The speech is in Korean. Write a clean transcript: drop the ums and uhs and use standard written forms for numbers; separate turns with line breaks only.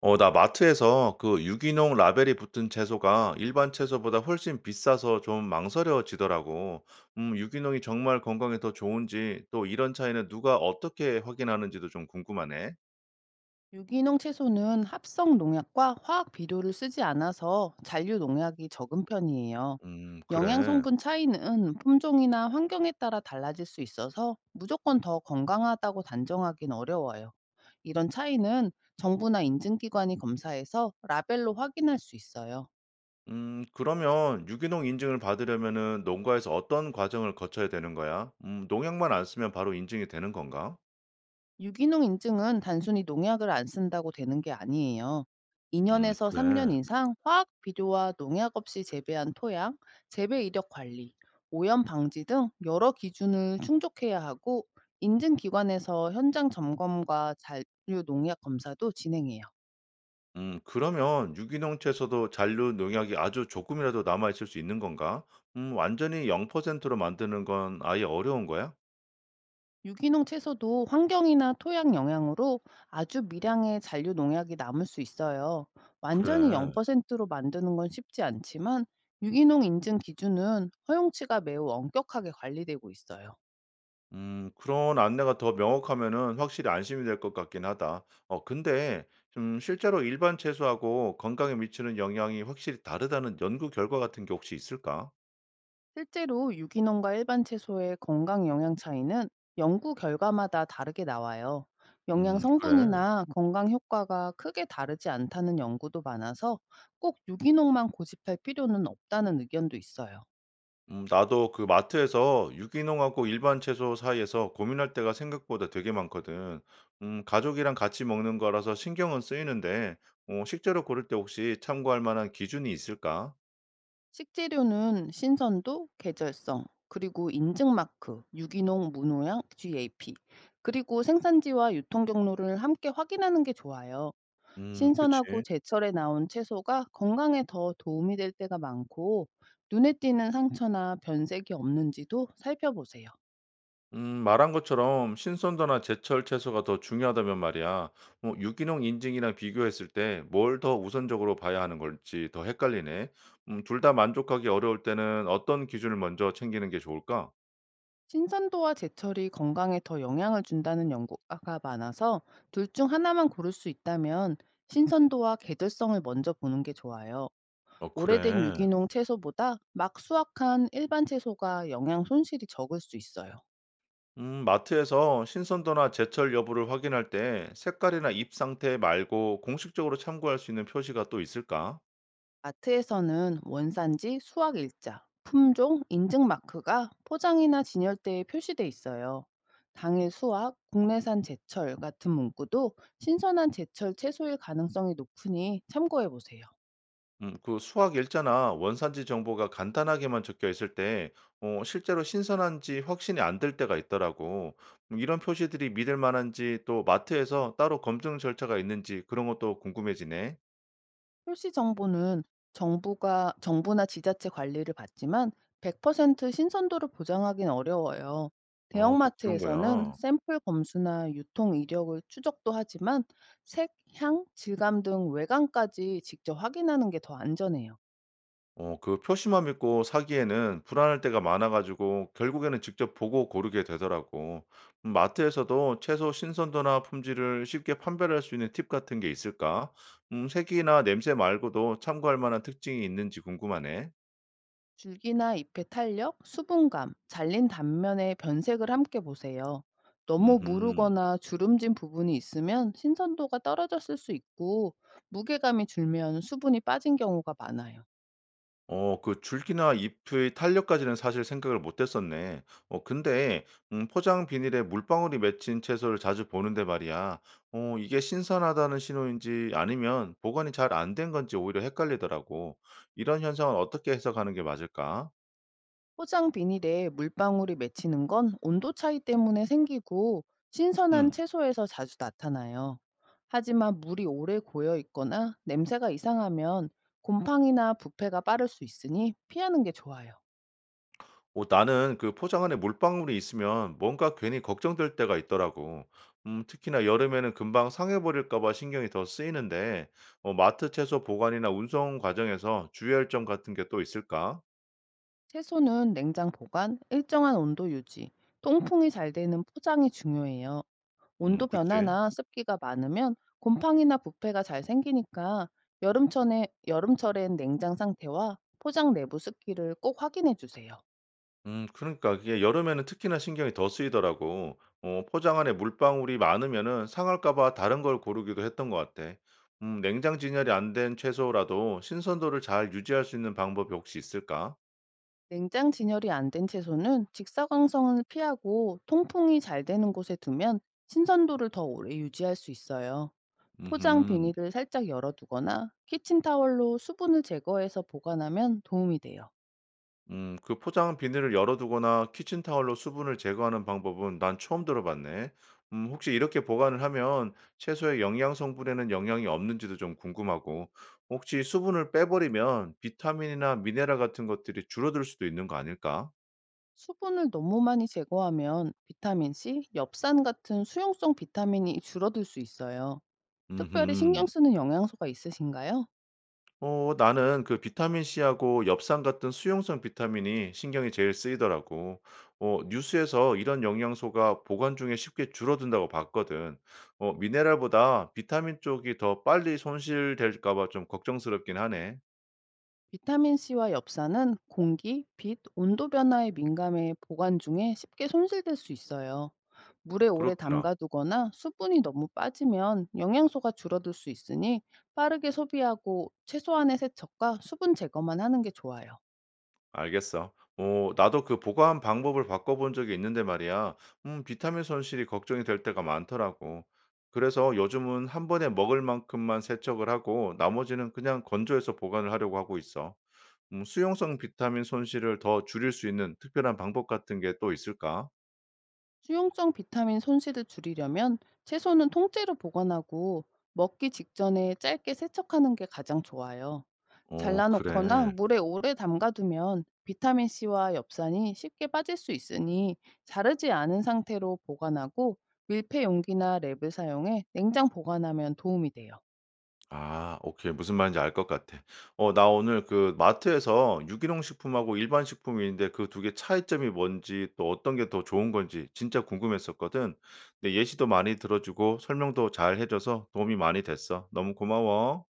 나 마트에서 그 유기농 라벨이 붙은 채소가 일반 채소보다 훨씬 비싸서 좀 망설여지더라고. 유기농이 정말 건강에 더 좋은지 또 이런 차이는 누가 어떻게 확인하는지도 좀 궁금하네.
유기농 채소는 합성 농약과 화학 비료를 쓰지 않아서 잔류 농약이 적은 편이에요. 영양
그래.
성분 차이는 품종이나 환경에 따라 달라질 수 있어서 무조건 더 건강하다고 단정하긴 어려워요. 이런 차이는 정부나 인증기관이 검사해서 라벨로 확인할 수 있어요.
그러면 유기농 인증을 받으려면은 농가에서 어떤 과정을 거쳐야 되는 거야? 농약만 안 쓰면 바로 인증이 되는 건가?
유기농 인증은 단순히 농약을 안 쓴다고 되는 게 아니에요. 2년에서 3년
그래.
이상 화학 비료와 농약 없이 재배한 토양, 재배 이력 관리, 오염 방지 등 여러 기준을 충족해야 하고 인증 기관에서 현장 점검과 잔류 농약 검사도 진행해요.
그러면 유기농 채소도 잔류 농약이 아주 조금이라도 남아 있을 수 있는 건가? 완전히 0%로 만드는 건 아예 어려운 거야?
유기농 채소도 환경이나 토양 영향으로 아주 미량의 잔류 농약이 남을 수 있어요. 완전히
그래.
0%로 만드는 건 쉽지 않지만 유기농 인증 기준은 허용치가 매우 엄격하게 관리되고 있어요.
그런 안내가 더 명확하면은 확실히 안심이 될 것 같긴 하다. 근데 좀 실제로 일반 채소하고 건강에 미치는 영향이 확실히 다르다는 연구 결과 같은 게 혹시 있을까?
실제로 유기농과 일반 채소의 건강 영향 차이는 연구 결과마다 다르게 나와요. 영양
그래.
성분이나 건강 효과가 크게 다르지 않다는 연구도 많아서 꼭 유기농만 고집할 필요는 없다는 의견도 있어요.
나도 그 마트에서 유기농하고 일반 채소 사이에서 고민할 때가 생각보다 되게 많거든. 가족이랑 같이 먹는 거라서 신경은 쓰이는데, 식재료 고를 때 혹시 참고할 만한 기준이 있을까?
식재료는 신선도, 계절성, 그리고 인증 마크, 유기농, 무농약, GAP, 그리고 생산지와 유통 경로를 함께 확인하는 게 좋아요.
그치.
신선하고 제철에 나온 채소가 건강에 더 도움이 될 때가 많고, 눈에 띄는 상처나 변색이 없는지도 살펴보세요.
말한 것처럼 신선도나 제철 채소가 더 중요하다면 말이야. 어, 유기농 인증이랑 비교했을 때 뭘 더 우선적으로 봐야 하는 걸지 더 헷갈리네. 둘 다 만족하기 어려울 때는 어떤 기준을 먼저 챙기는 게 좋을까?
신선도와 제철이 건강에 더 영향을 준다는 연구가 많아서 둘 중 하나만 고를 수 있다면 신선도와 계절성을 먼저 보는 게 좋아요.
어,
오래된
그래.
유기농 채소보다 막 수확한 일반 채소가 영양 손실이 적을 수 있어요.
마트에서 신선도나 제철 여부를 확인할 때 색깔이나 잎 상태 말고 공식적으로 참고할 수 있는 표시가 또 있을까?
마트에서는 원산지, 수확 일자, 품종, 인증 마크가 포장이나 진열대에 표시돼 있어요. 당일 수확, 국내산 제철 같은 문구도 신선한 제철 채소일 가능성이 높으니 참고해 보세요.
그 수확 일자나 원산지 정보가 간단하게만 적혀 있을 때 실제로 신선한지 확신이 안 들 때가 있더라고. 이런 표시들이 믿을 만한지 또 마트에서 따로 검증 절차가 있는지 그런 것도 궁금해지네.
표시 정보는 정부가 정부나 지자체 관리를 받지만 100% 신선도를 보장하기는 어려워요.
또 그런
대형마트에서는
거야.
샘플 검수나 유통 이력을 추적도 하지만 색, 향, 질감 등 외관까지 직접 확인하는 게 더 안전해요.
그 표시만 믿고 사기에는 불안할 때가 많아 가지고 결국에는 직접 보고 고르게 되더라고. 마트에서도 채소 신선도나 품질을 쉽게 판별할 수 있는 팁 같은 게 있을까? 색이나 냄새 말고도 참고할 만한 특징이 있는지 궁금하네.
줄기나 잎의 탄력, 수분감, 잘린 단면의 변색을 함께 보세요. 너무
음흠.
무르거나 주름진 부분이 있으면 신선도가 떨어졌을 수 있고 무게감이 줄면 수분이 빠진 경우가 많아요.
그 줄기나 잎의 탄력까지는 사실 생각을 못 했었네. 어 근데 포장 비닐에 물방울이 맺힌 채소를 자주 보는데 말이야. 이게 신선하다는 신호인지 아니면 보관이 잘 안된 건지 오히려 헷갈리더라고. 이런 현상은 어떻게 해석하는 게 맞을까?
포장 비닐에 물방울이 맺히는 건 온도 차이 때문에 생기고 신선한
음.
채소에서 자주 나타나요. 하지만 물이 오래 고여 있거나 냄새가 이상하면 곰팡이나 부패가 빠를 수 있으니 피하는 게 좋아요.
나는 그 포장 안에 물방울이 있으면 뭔가 괜히 걱정될 때가 있더라고. 특히나 여름에는 금방 상해버릴까 봐 신경이 더 쓰이는데, 마트 채소 보관이나 운송 과정에서 주의할 점 같은 게 또 있을까?
채소는 냉장 보관, 일정한 온도 유지, 통풍이 잘 되는 포장이 중요해요. 온도
그치.
변화나 습기가 많으면 곰팡이나 부패가 잘 생기니까 여름철엔 냉장 상태와 포장 내부 습기를 꼭 확인해 주세요.
그러니까 이게 여름에는 특히나 신경이 더 쓰이더라고. 포장 안에 물방울이 많으면은 상할까 봐 다른 걸 고르기도 했던 것 같아. 냉장 진열이 안 된 채소라도 신선도를 잘 유지할 수 있는 방법이 혹시 있을까?
냉장 진열이 안 된 채소는 직사광선을 피하고 통풍이 잘 되는 곳에 두면 신선도를 더 오래 유지할 수 있어요. 포장
음
비닐을 살짝 열어두거나 키친타월로 수분을 제거해서 보관하면 도움이 돼요.
그 포장 비닐을 열어 두거나 키친타월로 수분을 제거하는 방법은 난 처음 들어봤네. 혹시 이렇게 보관을 하면 채소의 영양 성분에는 영향이 없는지도 좀 궁금하고, 혹시 수분을 빼버리면 비타민이나 미네랄 같은 것들이 줄어들 수도 있는 거 아닐까?
수분을 너무 많이 제거하면 비타민C, 엽산 같은 수용성 비타민이 줄어들 수 있어요. 특별히 신경
음흠.
쓰는 영양소가 있으신가요?
나는 그 비타민 C하고 엽산 같은 수용성 비타민이 신경이 제일 쓰이더라고. 뉴스에서 이런 영양소가 보관 중에 쉽게 줄어든다고 봤거든. 미네랄보다 비타민 쪽이 더 빨리 손실될까 봐 좀 걱정스럽긴 하네.
비타민 C와 엽산은 공기, 빛, 온도 변화에 민감해 보관 중에 쉽게 손실될 수 있어요. 물에 오래
그렇구나.
담가두거나 수분이 너무 빠지면 영양소가 줄어들 수 있으니 빠르게 소비하고 최소한의 세척과 수분 제거만 하는 게 좋아요.
알겠어. 나도 그 보관 방법을 바꿔본 적이 있는데 말이야. 비타민 손실이 걱정이 될 때가 많더라고. 그래서 요즘은 한 번에 먹을 만큼만 세척을 하고 나머지는 그냥 건조해서 보관을 하려고 하고 있어. 수용성 비타민 손실을 더 줄일 수 있는 특별한 방법 같은 게 또 있을까?
수용성 비타민 손실을 줄이려면 채소는 통째로 보관하고 먹기 직전에 짧게 세척하는 게 가장 좋아요.
어
잘라놓거나
그래.
물에 오래 담가두면 비타민C와 엽산이 쉽게 빠질 수 있으니 자르지 않은 상태로 보관하고 밀폐 용기나 랩을 사용해 냉장 보관하면 도움이 돼요.
아 오케이. 무슨 말인지 알 것 같아. 나 오늘 그 마트에서 유기농 식품하고 일반 식품인데 그 2개 차이점이 뭔지 또 어떤 게 더 좋은 건지 진짜 궁금했었거든. 근데 예시도 많이 들어 주고 설명도 잘 해 줘서 도움이 많이 됐어. 너무 고마워.